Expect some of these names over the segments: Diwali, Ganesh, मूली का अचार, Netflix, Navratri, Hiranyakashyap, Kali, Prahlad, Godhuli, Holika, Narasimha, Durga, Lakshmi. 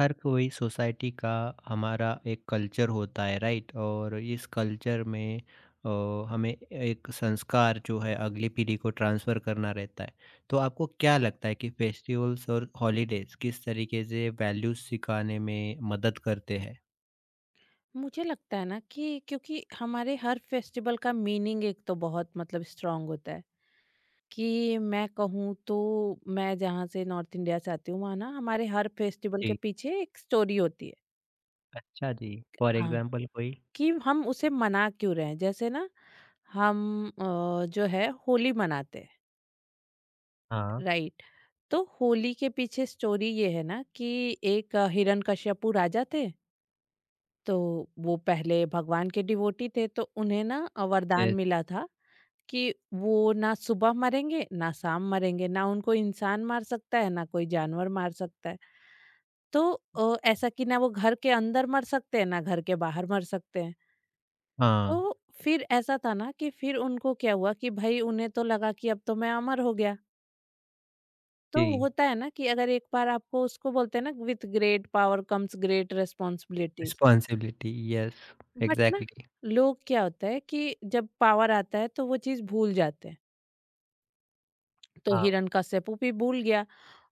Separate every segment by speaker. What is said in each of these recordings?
Speaker 1: हर कोई society का हमारा एक culture होता है right. और इस कल्चर में अ, हमें एक संस्कार जो है अगली पीढ़ी को ट्रांसफ़र करना रहता है। तो आपको क्या लगता है कि फेस्टिवल्स और हॉलिडेज़ किस तरीके से वैल्यूज़ सिखाने में मदद करते हैं?
Speaker 2: मुझे लगता है ना कि क्योंकि हमारे हर फेस्टिवल का मीनिंग एक तो बहुत मतलब स्ट्रांग होता है कि मैं कहूँ तो मैं जहाँ से नॉर्थ इंडिया से आती हूँ वहाँ ना हमारे हर फेस्टिवल के
Speaker 1: जी।
Speaker 2: पीछे एक स्टोरी होती है।
Speaker 1: अच्छा जी। फॉर
Speaker 2: हाँ,
Speaker 1: एग्ज़ाम्पल कोई?
Speaker 2: कि हम उसे मना क्यों रहे हैं जैसे ना हम जो है होली मनाते हैं।
Speaker 1: हाँ।
Speaker 2: राइट, तो होली के पीछे स्टोरी ये है ना कि एक हिरण्यकश्यपु राजा थे। तो वो पहले भगवान के डिवोटी थे तो उन्हें ना वरदान
Speaker 1: यस।
Speaker 2: मिला था कि वो ना सुबह मरेंगे, ना शाम मरेंगे, ना उनको इंसान मार सकता है, ना कोई जानवर मार सकता है। तो ऐसा कि ना वो घर के अंदर मर सकते हैं, ना घर के बाहर मर सकते हैं। तो
Speaker 1: हाँ।
Speaker 2: फिर ऐसा था ना कि फिर उनको क्या हुआ कि भाई उन्हें तो लगा कि अब तो मैं अमर हो गया। तो
Speaker 1: जी।
Speaker 2: होता है ना कि अगर एक बार आपको उसको बोलते हैं ना, with great power comes great responsibilities.
Speaker 1: Responsibility yes,
Speaker 2: but ना
Speaker 1: एग्ज़ैक्टली।
Speaker 2: लोग क्या होता है कि जब पावर आता है तो वो चीज़ भूल जाते हैं। तो
Speaker 1: हाँ।
Speaker 2: हिरण्यकश्यपु भी भूल गया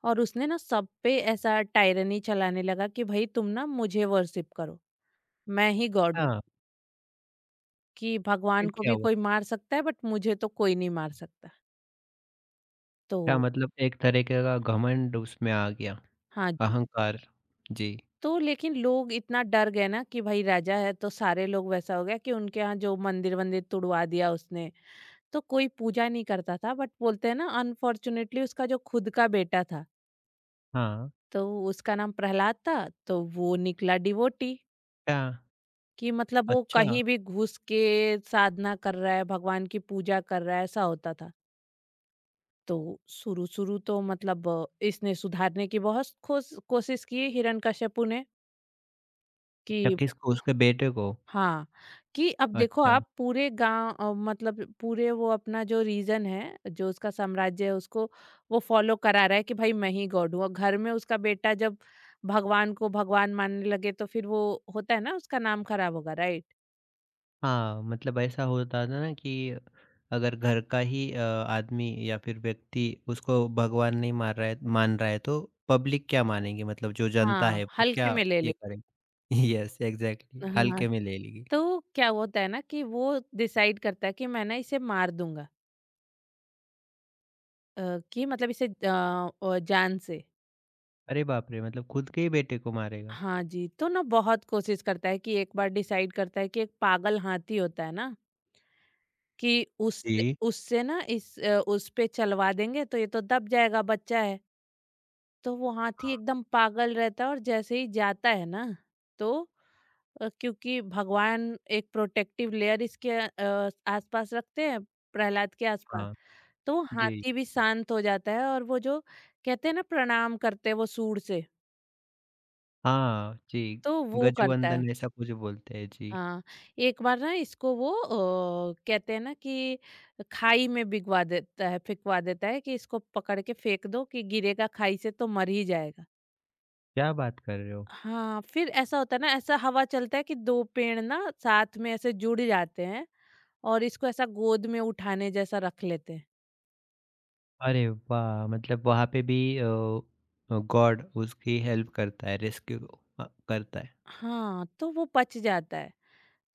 Speaker 2: और उसने ना सब पे ऐसा टायरनी चलाने लगा कि भाई तुम ना मुझे वर्शिप करो, मैं ही गॉड हूँ।
Speaker 1: अच्छा,
Speaker 2: कि भगवान
Speaker 1: फिर
Speaker 2: को
Speaker 1: क्या
Speaker 2: भी
Speaker 1: हुआ?
Speaker 2: कोई मार सकता है बट मुझे तो कोई नहीं मार सकता। तो
Speaker 1: क्या मतलब एक तरीके का घमंड उसमें आ गया?
Speaker 2: हाँ जी,
Speaker 1: अहंकार। जी।
Speaker 2: तो लेकिन लोग इतना डर गए ना कि भाई राजा है तो सारे लोग वैसा हो गया कि उनके यहाँ जो मंदिर वंदिर तुड़वा दिया उसने। तो कोई पूजा नहीं करता था बट बोलते हैं ना, अनफॉर्चुनेटली उसका जो खुद का बेटा था,
Speaker 1: हाँ,
Speaker 2: तो उसका नाम प्रहलाद था। तो वो निकला डिवोटी।
Speaker 1: क्या?
Speaker 2: कि मतलब वो
Speaker 1: अच्छा,
Speaker 2: कहीं भी घुस के साधना कर रहा है, भगवान की पूजा कर रहा है, ऐसा होता था। तो शुरू-शुरू तो मतलब इसने सुधारने की बहुत खोस कोशिश की हिरण्यकश्यपु ने,
Speaker 1: अच्छा
Speaker 2: कि
Speaker 1: किसको? उसके बेटे को?
Speaker 2: हाँ, कि अब देखो
Speaker 1: अच्छा।
Speaker 2: आप पूरे गाँव मतलब पूरे वो अपना जो रीजन है, जो उसका साम्राज्य है, उसको वो फॉलो करा रहा है कि भाई मैं ही गॉड हूँ, और घर में उसका बेटा जब भगवान को भगवान मानने लगे तो फिर वो होता है ना उसका नाम खराब होगा, राइट?
Speaker 1: हाँ, मतलब ऐसा होता था ना कि अगर घर का ही आदमी या फिर व्यक्ति उसको भगवान नहीं मान रहा है मान रहा है तो पब्लिक क्या मानेगी? मतलब जो जनता
Speaker 2: हाँ,
Speaker 1: है वो
Speaker 2: हल्के
Speaker 1: क्या
Speaker 2: में ले ले।
Speaker 1: ये करेगी? यस, एग्ज़ैक्टली
Speaker 2: हाँ,
Speaker 1: हल्के में ले लेगी।
Speaker 2: तो क्या होता है ना कि वो डिसाइड करता है कि मैं ना इसे मार दूंगा। कि मतलब इसे जान से।
Speaker 1: अरे बाप रे! मतलब खुद के ही बेटे को मारेगा।
Speaker 2: हाँ जी, तो ना बहुत कोशिश करता है कि एक बार डिसाइड करता है कि एक पागल हाथी होता है ना कि उससे
Speaker 1: जी।
Speaker 2: उससे ना इस उस पे चलवा देंगे तो ये तो दब जाएगा बच्चा है। तो वो हाथी
Speaker 1: हाँ,
Speaker 2: एकदम पागल रहता है और जैसे ही जाता है ना तो क्योंकि भगवान एक प्रोटेक्टिव लेयर इसके आसपास रखते हैं, प्रहलाद के आसपास।
Speaker 1: हाँ।
Speaker 2: तो
Speaker 1: जी।
Speaker 2: हाथी भी शांत हो जाता है और वो जो कहते हैं ना प्रणाम करते हैं वो सूंड से,
Speaker 1: हाँ, जी।
Speaker 2: तो वो करता है।
Speaker 1: गजवंदन ऐसा कुछ बोलते हैं। जी,
Speaker 2: हाँ, एक बार ना इसको वो कहते हैं ना कि खाई में भिगवा देता है फिकवा देता है कि इसको पकड़ के फेंक दो कि गिरेगा खाई से तो मर ही जाएगा।
Speaker 1: क्या बात कर रहे हो?
Speaker 2: हाँ, फिर ऐसा होता है ना, ऐसा हवा चलता है कि दो पेड़ ना साथ में ऐसे जुड़ जाते हैं और इसको ऐसा गोद में उठाने जैसा रख लेते हैं।
Speaker 1: अरे वाह! मतलब वहाँ पे भी गॉड उसकी हेल्प करता है, रेस्क्यू करता है।
Speaker 2: हाँ, तो वो बच जाता है।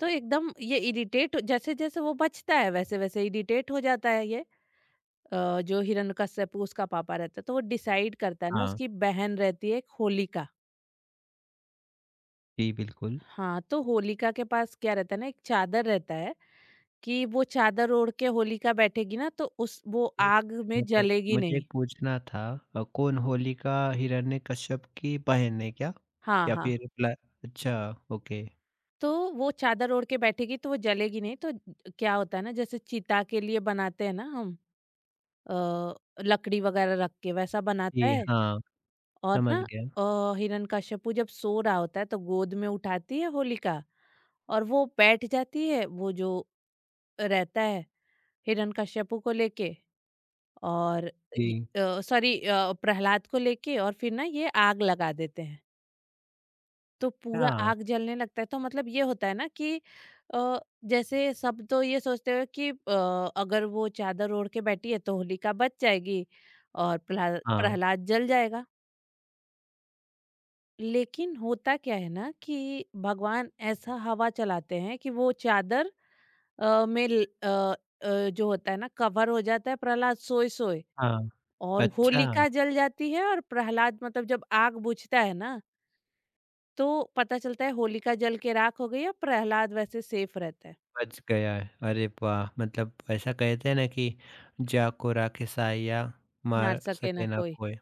Speaker 2: तो एकदम ये इरिटेट, जैसे जैसे वो बचता है वैसे वैसे इरिटेट हो जाता है ये जो हिरण्यकश्यप उसका पापा रहता है। तो वो डिसाइड करता है ना,
Speaker 1: हाँ,
Speaker 2: उसकी बहन रहती है एक होलिका।
Speaker 1: जी बिल्कुल।
Speaker 2: हाँ, तो होलिका के पास क्या रहता है ना, एक चादर रहता है कि वो चादर ओढ़ के होलिका बैठेगी ना तो उस वो
Speaker 1: एक
Speaker 2: आग में
Speaker 1: मतलब
Speaker 2: जलेगी
Speaker 1: मुझे
Speaker 2: नहीं।
Speaker 1: एक पूछना था। कौन होलिका हिरण्यकश्यप की बहन है क्या?
Speaker 2: हाँ
Speaker 1: या
Speaker 2: हाँ,
Speaker 1: फिर प्ला अच्छा ओके।
Speaker 2: तो वो चादर ओढ़ के बैठेगी तो वो जलेगी नहीं। तो क्या होता है ना, जैसे चिता के लिए बनाते हैं ना हम, अ, लकड़ी वगैरह रख के वैसा बनाता
Speaker 1: जी
Speaker 2: है।
Speaker 1: हाँ,
Speaker 2: और
Speaker 1: समझ
Speaker 2: ना
Speaker 1: गया।
Speaker 2: हिरण्यकश्यपु जब सो रहा होता है तो गोद में उठाती है होलिका, और वो बैठ जाती है, वो जो रहता है, हिरण्यकश्यपु को लेके, और
Speaker 1: जी।
Speaker 2: सॉरी, प्रहलाद को लेके, और फिर ना ये आग लगा देते हैं। तो पूरा
Speaker 1: हाँ,
Speaker 2: आग जलने लगता है तो मतलब ये होता है ना कि अ, जैसे सब तो ये सोचते हो कि अगर वो चादर ओढ़ के बैठी है तो होलिका बच जाएगी और
Speaker 1: हाँ,
Speaker 2: प्रहलाद जल जाएगा। लेकिन होता क्या है ना कि भगवान ऐसा हवा चलाते हैं कि वो चादर अ, में ल- अ, अ, जो होता है ना कवर हो जाता है प्रहलाद सोए सोए,
Speaker 1: हाँ।
Speaker 2: और
Speaker 1: अच्छा,
Speaker 2: होलिका जल जाती है और प्रहलाद मतलब जब आग बुझता है ना तो पता चलता है होलिका जल के राख हो गई और प्रहलाद वैसे सेफ रहता है।
Speaker 1: बच गया है। अरे वाह! मतलब ऐसा कहते हैं ना कि जा को राखे साया
Speaker 2: मार
Speaker 1: मार
Speaker 2: सके ना
Speaker 1: सके ना
Speaker 2: कोई,
Speaker 1: कोय।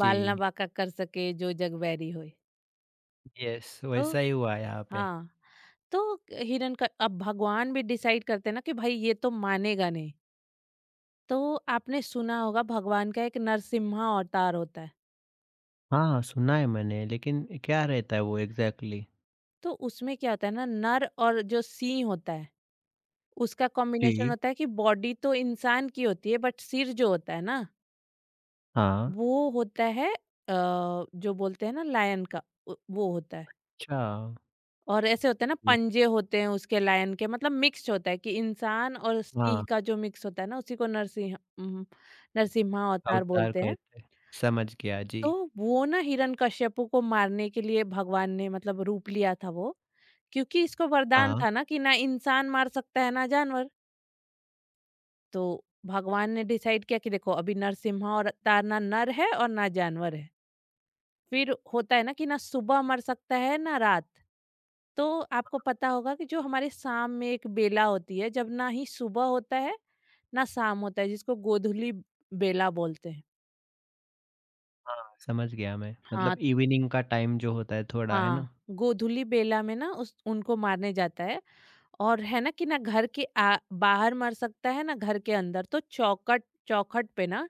Speaker 2: बाल ना
Speaker 1: जी।
Speaker 2: बांका कर सके जो जग बैरी होए।
Speaker 1: यस,
Speaker 2: तो
Speaker 1: वैसा ही हुआ यहाँ पे।
Speaker 2: हाँ, तो हिरण का अब भगवान भी डिसाइड करते हैं ना कि भाई ये तो मानेगा नहीं। तो आपने सुना होगा भगवान का एक नरसिम्हा अवतार होता है।
Speaker 1: हाँ, सुना है मैंने लेकिन क्या रहता है वो एग्ज़ैक्टली?
Speaker 2: तो उसमें क्या होता है ना, नर और जो सिंह होता है, उसका कॉम्बिनेशन
Speaker 1: जी।
Speaker 2: होता है कि बॉडी तो इंसान की होती है बट सिर जो होता है ना,
Speaker 1: हाँ,
Speaker 2: वो होता है अ, जो बोलते हैं ना लायन का, वो होता है।
Speaker 1: अच्छा।
Speaker 2: और ऐसे होते हैं ना
Speaker 1: जी।
Speaker 2: पंजे होते हैं उसके लायन के, मतलब मिक्स होता है कि इंसान और सिंह
Speaker 1: हाँ,
Speaker 2: का जो मिक्स होता है ना उसी को नरसिंह, नरसिम्हा अवतार
Speaker 1: अवतार
Speaker 2: बोलते हैं।
Speaker 1: कहते हैं। समझ गया, जी।
Speaker 2: तो वो ना हिरण्यकश्यपु को मारने के लिए भगवान ने मतलब रूप लिया था वो, क्योंकि इसको वरदान
Speaker 1: हाँ,
Speaker 2: था ना कि ना इंसान मार सकता है ना जानवर। तो भगवान ने डिसाइड किया कि देखो अभी नरसिम्हा और अवतार ना नर है और ना जानवर है। फिर होता है ना कि ना सुबह मर सकता है ना रात। तो आपको पता होगा कि जो हमारे शाम में एक बेला होती है जब ना ही सुबह होता है ना शाम होता है, जिसको गोधूली बेला बोलते हैं।
Speaker 1: हाँ, समझ गया मैं।
Speaker 2: हाँ
Speaker 1: मतलब इवनिंग का टाइम जो होता है थोड़ा, है
Speaker 2: हाँ,
Speaker 1: ना?
Speaker 2: गोधूली बेला में ना उस उनको मारने जाता है। और है ना कि ना घर के बाहर मर सकता है ना घर के अंदर, तो चौकट चौखट पे ना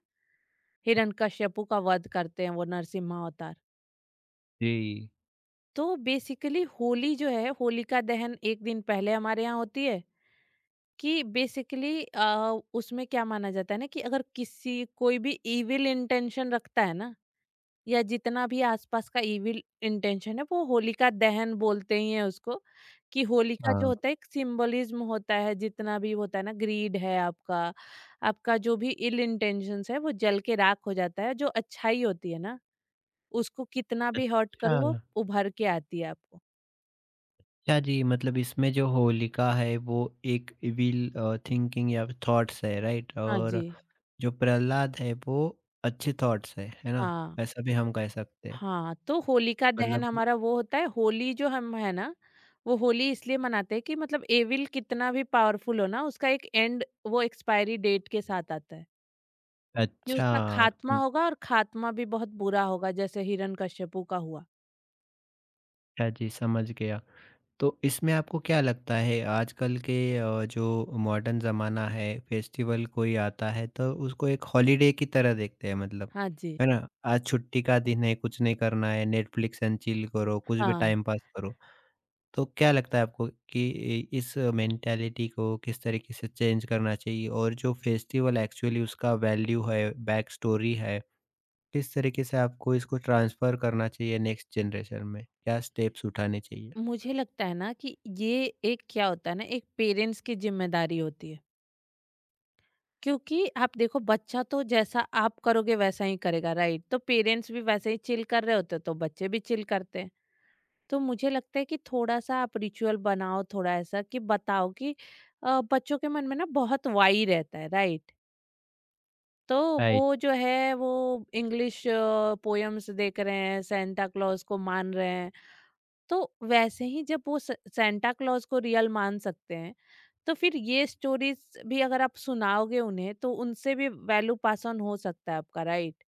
Speaker 2: हिरण्यकश्यपु का वध करते हैं वो नरसिम्हा अवतार।
Speaker 1: जी।
Speaker 2: तो बेसिकली होली जो है, होलिका दहन एक दिन पहले हमारे यहाँ होती है, कि बेसिकली उसमें क्या माना जाता है ना कि अगर किसी कोई भी इविल इंटेंशन रखता है ना, या जितना भी आसपास का इविल इंटेंशन है, वो होलिका दहन बोलते ही है उसको। कि होलिका जो
Speaker 1: हाँ,
Speaker 2: होता है एक सिंबलिज्म होता है, जितना भी होता है ना ग्रीड है आपका, आपका जो भी इल इंटेंशंस है, वो जल के राख हो जाता है। जो अच्छाई होती है ना, उसको कितना भी हर्ट
Speaker 1: अच्छा।
Speaker 2: करो, वो उभर के आती है आपको।
Speaker 1: अच्छा जी, मतलब इसमें जो होलिका है वो एक इविल थिंकिंग या थॉट्स है, राइट?
Speaker 2: हाँ
Speaker 1: और
Speaker 2: जी,
Speaker 1: जो प्रहलाद है वो अच्छे थॉट्स है ना?
Speaker 2: हाँ।
Speaker 1: ऐसा भी हम कह सकते हैं।
Speaker 2: हाँ, तो होलिका दहन
Speaker 1: मतलब
Speaker 2: हमारा वो होता है। होली जो हम है ना, वो होली इसलिए मनाते हैं कि मतलब एविल कितना भी पावरफुल हो ना, उसका एक एंड, वो एक्सपायरी डेट के साथ आता है। कि
Speaker 1: अच्छा।
Speaker 2: उसका खात्मा
Speaker 1: हुँ,
Speaker 2: होगा और खात्मा भी बहुत बुरा होगा जैसे हिरण्यकश्यपु का हुआ।
Speaker 1: अच्छा जी, समझ गया। तो इसमें आपको क्या लगता है आजकल के जो मॉडर्न ज़माना है, फेस्टिवल कोई आता है तो उसको एक हॉलिडे की तरह देखते हैं मतलब,
Speaker 2: हाँ जी,
Speaker 1: है ना? आज छुट्टी का दिन है, कुछ नहीं करना है, नेटफ्लिक्स एंड चिल करो, कुछ भी
Speaker 2: हाँ।
Speaker 1: टाइम पास करो। तो क्या लगता है आपको कि इ इस मेंटालिटी को किस तरीके से चेंज करना चाहिए? और जो फेस्टिवल एक्चुअली उसका वैल्यू है, बैक स्टोरी है किस तरीके से आपको इसको ट्रांसफ़र करना चाहिए नेक्स्ट जनरेशन में? क्या स्टेप्स उठाने चाहिए?
Speaker 2: मुझे लगता है ना कि ये एक क्या होता है ना, एक पेरेंट्स की ज़िम्मेदारी होती है। क्योंकि आप देखो बच्चा तो जैसा आप करोगे वैसा ही करेगा, राइट? तो पेरेंट्स भी वैसे ही चिल कर रहे होते हैं, तो बच्चे भी चिल करते हैं। तो मुझे लगता है कि थोड़ा सा आप रिचुअल बनाओ थोड़ा ऐसा, कि बताओ कि बच्चों के मन में ना बहुत वाई रहता है, राइट? तो
Speaker 1: राइट,
Speaker 2: वो जो है वो इंग्लिश पोयम्स देख रहे हैं, सेंटा क्लॉज को मान रहे हैं। तो वैसे ही जब वो सेंटा क्लॉज को रियल मान सकते हैं, तो फिर ये स्टोरीज भी अगर आप सुनाओगे उन्हें तो उनसे भी वैल्यू पास ऑन हो सकता है आपका, राइट?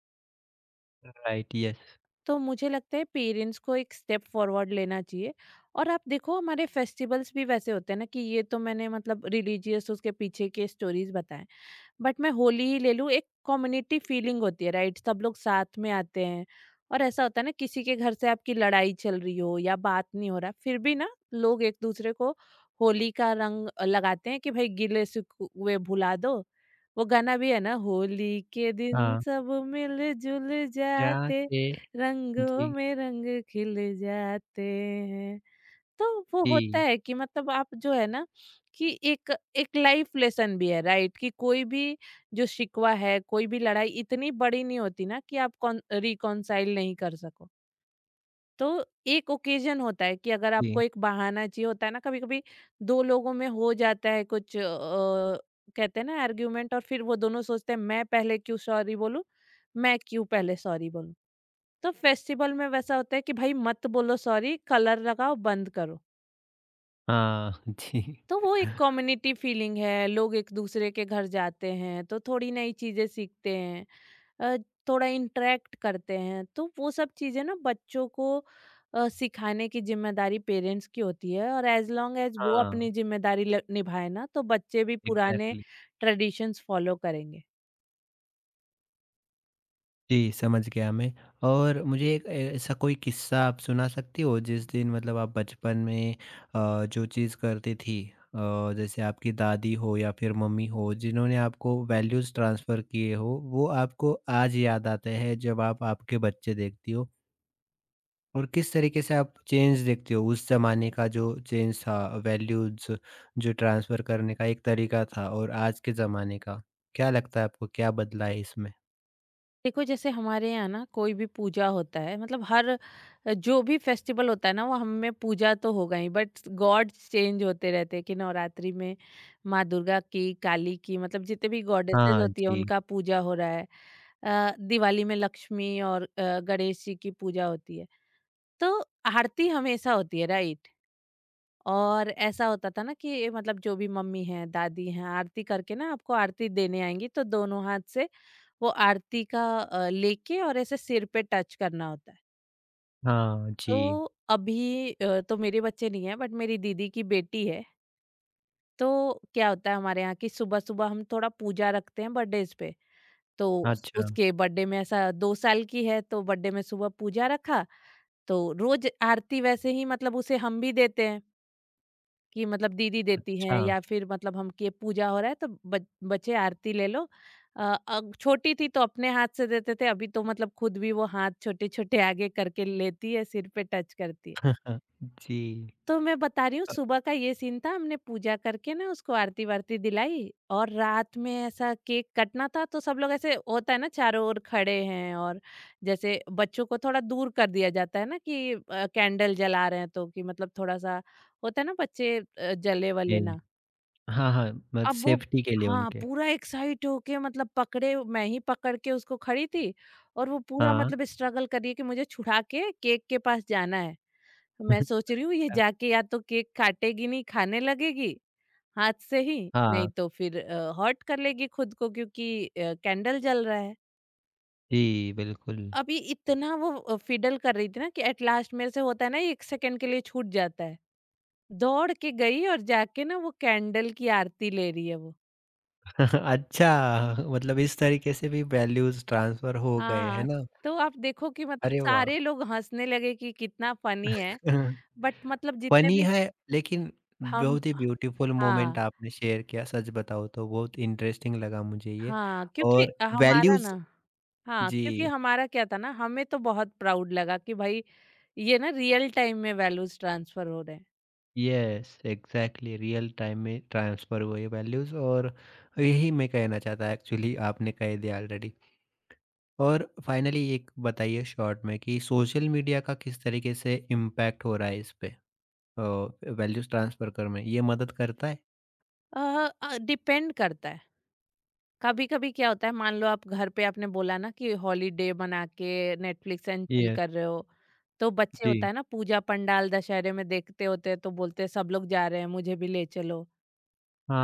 Speaker 1: Right, yes.
Speaker 2: तो मुझे लगता है पेरेंट्स को एक स्टेप फॉरवर्ड लेना चाहिए। और आप देखो हमारे फेस्टिवल्स भी वैसे होते हैं ना, कि ये तो मैंने मतलब रिलीजियस उसके पीछे के स्टोरीज बताएं, बट मैं होली ही ले लूँ, एक कम्युनिटी फीलिंग होती है, राइट? सब लोग साथ में आते हैं, और ऐसा होता है ना, किसी के घर से आपकी लड़ाई चल रही हो या बात नहीं हो रहा, फिर भी ना लोग एक दूसरे को होली का रंग लगाते हैं कि भाई गिले शिकवे भुला दो। वो गाना भी है ना, होली के दिन
Speaker 1: हाँ,
Speaker 2: सब मिल जुल
Speaker 1: क्या
Speaker 2: जाते,
Speaker 1: थे
Speaker 2: रंगों
Speaker 1: जी,
Speaker 2: में रंग खिल जाते हैं। तो वो होता
Speaker 1: जी,
Speaker 2: है कि मतलब आप जो है ना कि एक, एक लाइफ लेसन भी है, राइट? कि कोई भी जो शिकवा है, कोई भी लड़ाई इतनी बड़ी नहीं होती ना कि आप कौन, रिकॉन्साइल नहीं कर सको। तो एक ओकेजन होता है कि अगर आपको
Speaker 1: जी।
Speaker 2: एक बहाना चाहिए होता है ना कभी कभी, दो लोगों में हो जाता है कुछ कहते हैं ना आर्ग्यूमेंट, और फिर वो दोनों सोचते हैं मैं पहले क्यों सॉरी बोलूं, मैं क्यों पहले सॉरी बोलूं। तो फेस्टिवल में वैसा होता है कि भाई मत बोलो सॉरी। कलर लगाओ बंद करो।
Speaker 1: हाँ, जी।
Speaker 2: तो वो एक कम्युनिटी फीलिंग है। लोग एक दूसरे के घर जाते हैं तो थोड़ी नई चीजें सीखते हैं, अ, थोड़ा इंटरेक्ट करते हैं। तो वो सब चीजें ना बच्चों को सिखाने की जिम्मेदारी पेरेंट्स की होती है, और एज लॉन्ग एज वो
Speaker 1: हाँ,
Speaker 2: अपनी जिम्मेदारी निभाए ना तो बच्चे भी पुराने
Speaker 1: एग्ज़ैक्टली।
Speaker 2: ट्रेडिशंस फॉलो करेंगे।
Speaker 1: जी, समझ गया मैं। और मुझे एक ए ऐसा कोई किस्सा आप सुना सकती हो जिस दिन मतलब आप बचपन में जो चीज़ करती थी, अ, जैसे आपकी दादी हो या फिर मम्मी हो जिन्होंने आपको वैल्यूज़ ट्रांसफ़र किए हो, वो आपको आज याद आते हैं जब आप आपके बच्चे देखती हो? और किस तरीके से आप चेंज देखते हो उस ज़माने का जो चेंज था, वैल्यूज़ जो ट्रांसफ़र करने का एक तरीका था और आज के ज़माने का? क्या लगता है आपको क्या बदला है इसमें?
Speaker 2: देखो जैसे हमारे यहाँ ना कोई भी पूजा होता है, मतलब हर जो भी फेस्टिवल होता है ना वो हमें पूजा तो होगा ही, बट गॉड्स चेंज होते रहते हैं कि नवरात्रि में माँ दुर्गा की, काली की, मतलब जितने भी गॉडेसेस
Speaker 1: हाँ
Speaker 2: होती है
Speaker 1: जी।
Speaker 2: उनका पूजा हो रहा है। दिवाली में लक्ष्मी और गणेश जी की पूजा होती है। तो आरती हमेशा होती है, राइट। और ऐसा होता था ना कि मतलब जो भी मम्मी हैं, दादी हैं, आरती करके ना आपको आरती देने आएंगी, तो दोनों हाथ से वो आरती का लेके और ऐसे सिर पे टच करना होता है।
Speaker 1: हाँ जी।
Speaker 2: तो अभी तो मेरे बच्चे नहीं है, बट मेरी दीदी की बेटी है। तो क्या होता है हमारे यहाँ की, सुबह सुबह हम थोड़ा पूजा रखते हैं बर्थडेज पे। तो
Speaker 1: अच्छा,
Speaker 2: उसके बर्थडे में, ऐसा दो साल की है, तो बर्थडे में सुबह पूजा रखा। तो रोज आरती वैसे ही मतलब उसे हम भी देते हैं, कि मतलब दीदी देती हैं
Speaker 1: अच्छा।
Speaker 2: या फिर मतलब हम के पूजा हो रहा है, तो बच- बच्चे आरती ले लो। छोटी थी तो अपने हाथ से देते थे, अभी तो मतलब खुद भी वो हाथ छोटे छोटे आगे करके लेती है, सिर पे टच करती है।
Speaker 1: जी।
Speaker 2: तो मैं बता रही हूँ,
Speaker 1: अ,
Speaker 2: सुबह का ये सीन था, हमने पूजा करके ना उसको आरती वारती दिलाई। और रात में ऐसा केक कटना था, तो सब लोग ऐसे होता है ना चारों ओर खड़े हैं, और जैसे बच्चों को थोड़ा दूर कर दिया जाता है ना कि कैंडल जला रहे हैं, तो कि मतलब थोड़ा सा होता है ना बच्चे जले
Speaker 1: जी।
Speaker 2: वले ना।
Speaker 1: हाँ, हाँ, मतलब
Speaker 2: अब वो,
Speaker 1: सेफ्टी के लिए
Speaker 2: हाँ,
Speaker 1: उनके।
Speaker 2: पूरा एक्साइट होके मतलब पकड़े, मैं ही पकड़ के उसको खड़ी थी, और वो पूरा
Speaker 1: हाँ।
Speaker 2: मतलब स्ट्रगल कर रही है कि मुझे छुड़ा के केक के पास जाना है। तो मैं सोच रही हूँ ये
Speaker 1: अ,
Speaker 2: जाके या तो केक काटेगी नहीं, खाने लगेगी हाथ से ही, नहीं
Speaker 1: हाँ।
Speaker 2: तो फिर हर्ट कर लेगी खुद को, क्योंकि कैंडल जल रहा है।
Speaker 1: जी, बिल्कुल।
Speaker 2: अभी इतना वो फिडल कर रही थी ना कि एट लास्ट मेरे से होता है ना 1 सेकंड के लिए छूट जाता है। दौड़ के गई और जाके ना वो कैंडल की आरती ले रही है वो।
Speaker 1: अच्छा, मतलब इस तरीके से भी वैल्यूज़ ट्रांसफ़र हो गए, है
Speaker 2: हाँ,
Speaker 1: ना?
Speaker 2: तो आप देखो कि मतलब
Speaker 1: अरे वाह!
Speaker 2: सारे लोग हँसने लगे कि कितना फनी है। बट मतलब जितने
Speaker 1: फ़नी
Speaker 2: भी
Speaker 1: है लेकिन
Speaker 2: हम।
Speaker 1: बहुत ही ब्यूटीफुल
Speaker 2: हाँ,
Speaker 1: मोमेंट आपने शेयर किया, सच बताऊँ तो बहुत इंटरेस्टिंग लगा मुझे ये।
Speaker 2: हाँ, क्योंकि
Speaker 1: और
Speaker 2: हमारा
Speaker 1: वैल्यूज़
Speaker 2: ना। हाँ, क्योंकि
Speaker 1: जी।
Speaker 2: हमारा क्या था ना, हमें तो बहुत प्राउड लगा कि भाई ये ना रियल टाइम में वैल्यूज़ ट्रांसफर हो रहे हैं।
Speaker 1: यस, एग्जैक्टली रियल टाइम में ट्रांसफ़र हुए ये वैल्यूज़। और यही मैं कहना चाहता, एक्चुअली आपने कह दिया ऑलरेडी। और फाइनली एक बताइए शॉर्ट में कि सोशल मीडिया का किस तरीके से इम्पैक्ट हो रहा है इस पे, अ, वैल्यूज़ ट्रांसफ़र करने में? ये मदद करता है?
Speaker 2: अ, डिपेंड करता है। कभी कभी क्या होता है, मान लो आप घर पे आपने बोला ना कि हॉलीडे मना के नेटफ्लिक्स एंड चिल
Speaker 1: यस,
Speaker 2: कर रहे हो, तो बच्चे होता
Speaker 1: जी।
Speaker 2: है ना पूजा पंडाल दशहरे में देखते होते हैं तो बोलते हैं सब लोग जा रहे हैं मुझे भी ले चलो।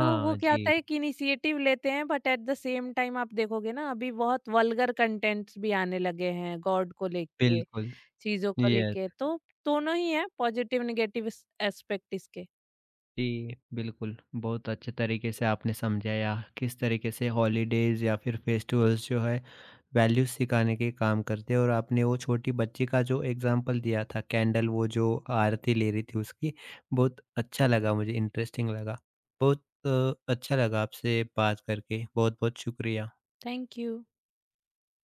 Speaker 2: तो वो क्या होता
Speaker 1: जी,
Speaker 2: है कि इनिशिएटिव लेते हैं, but at the same time आप देखोगे ना अभी बहुत वल्गर कंटेंट्स भी आने लगे हैं गॉड को लेके,
Speaker 1: बिल्कुल।
Speaker 2: चीजों को लेके।
Speaker 1: यस।
Speaker 2: तो दोनों ही है, पॉजिटिव निगेटिव एस्पेक्ट इसके।
Speaker 1: जी, बिल्कुल। बहुत अच्छे तरीके से आपने समझाया किस तरीके से हॉलीडेज़ या फिर फेस्टिवल्स जो है वैल्यूज़ सिखाने के काम करते हैं। और आपने वो छोटी बच्ची का जो एग्ज़ाम्पल दिया था कैंडल वो जो आरती ले रही थी उसकी, बहुत अच्छा लगा मुझे, इंटरेस्टिंग लगा। बहुत अच्छा लगा आपसे बात करके, बहुत-बहुत शुक्रिया।
Speaker 2: Thank you.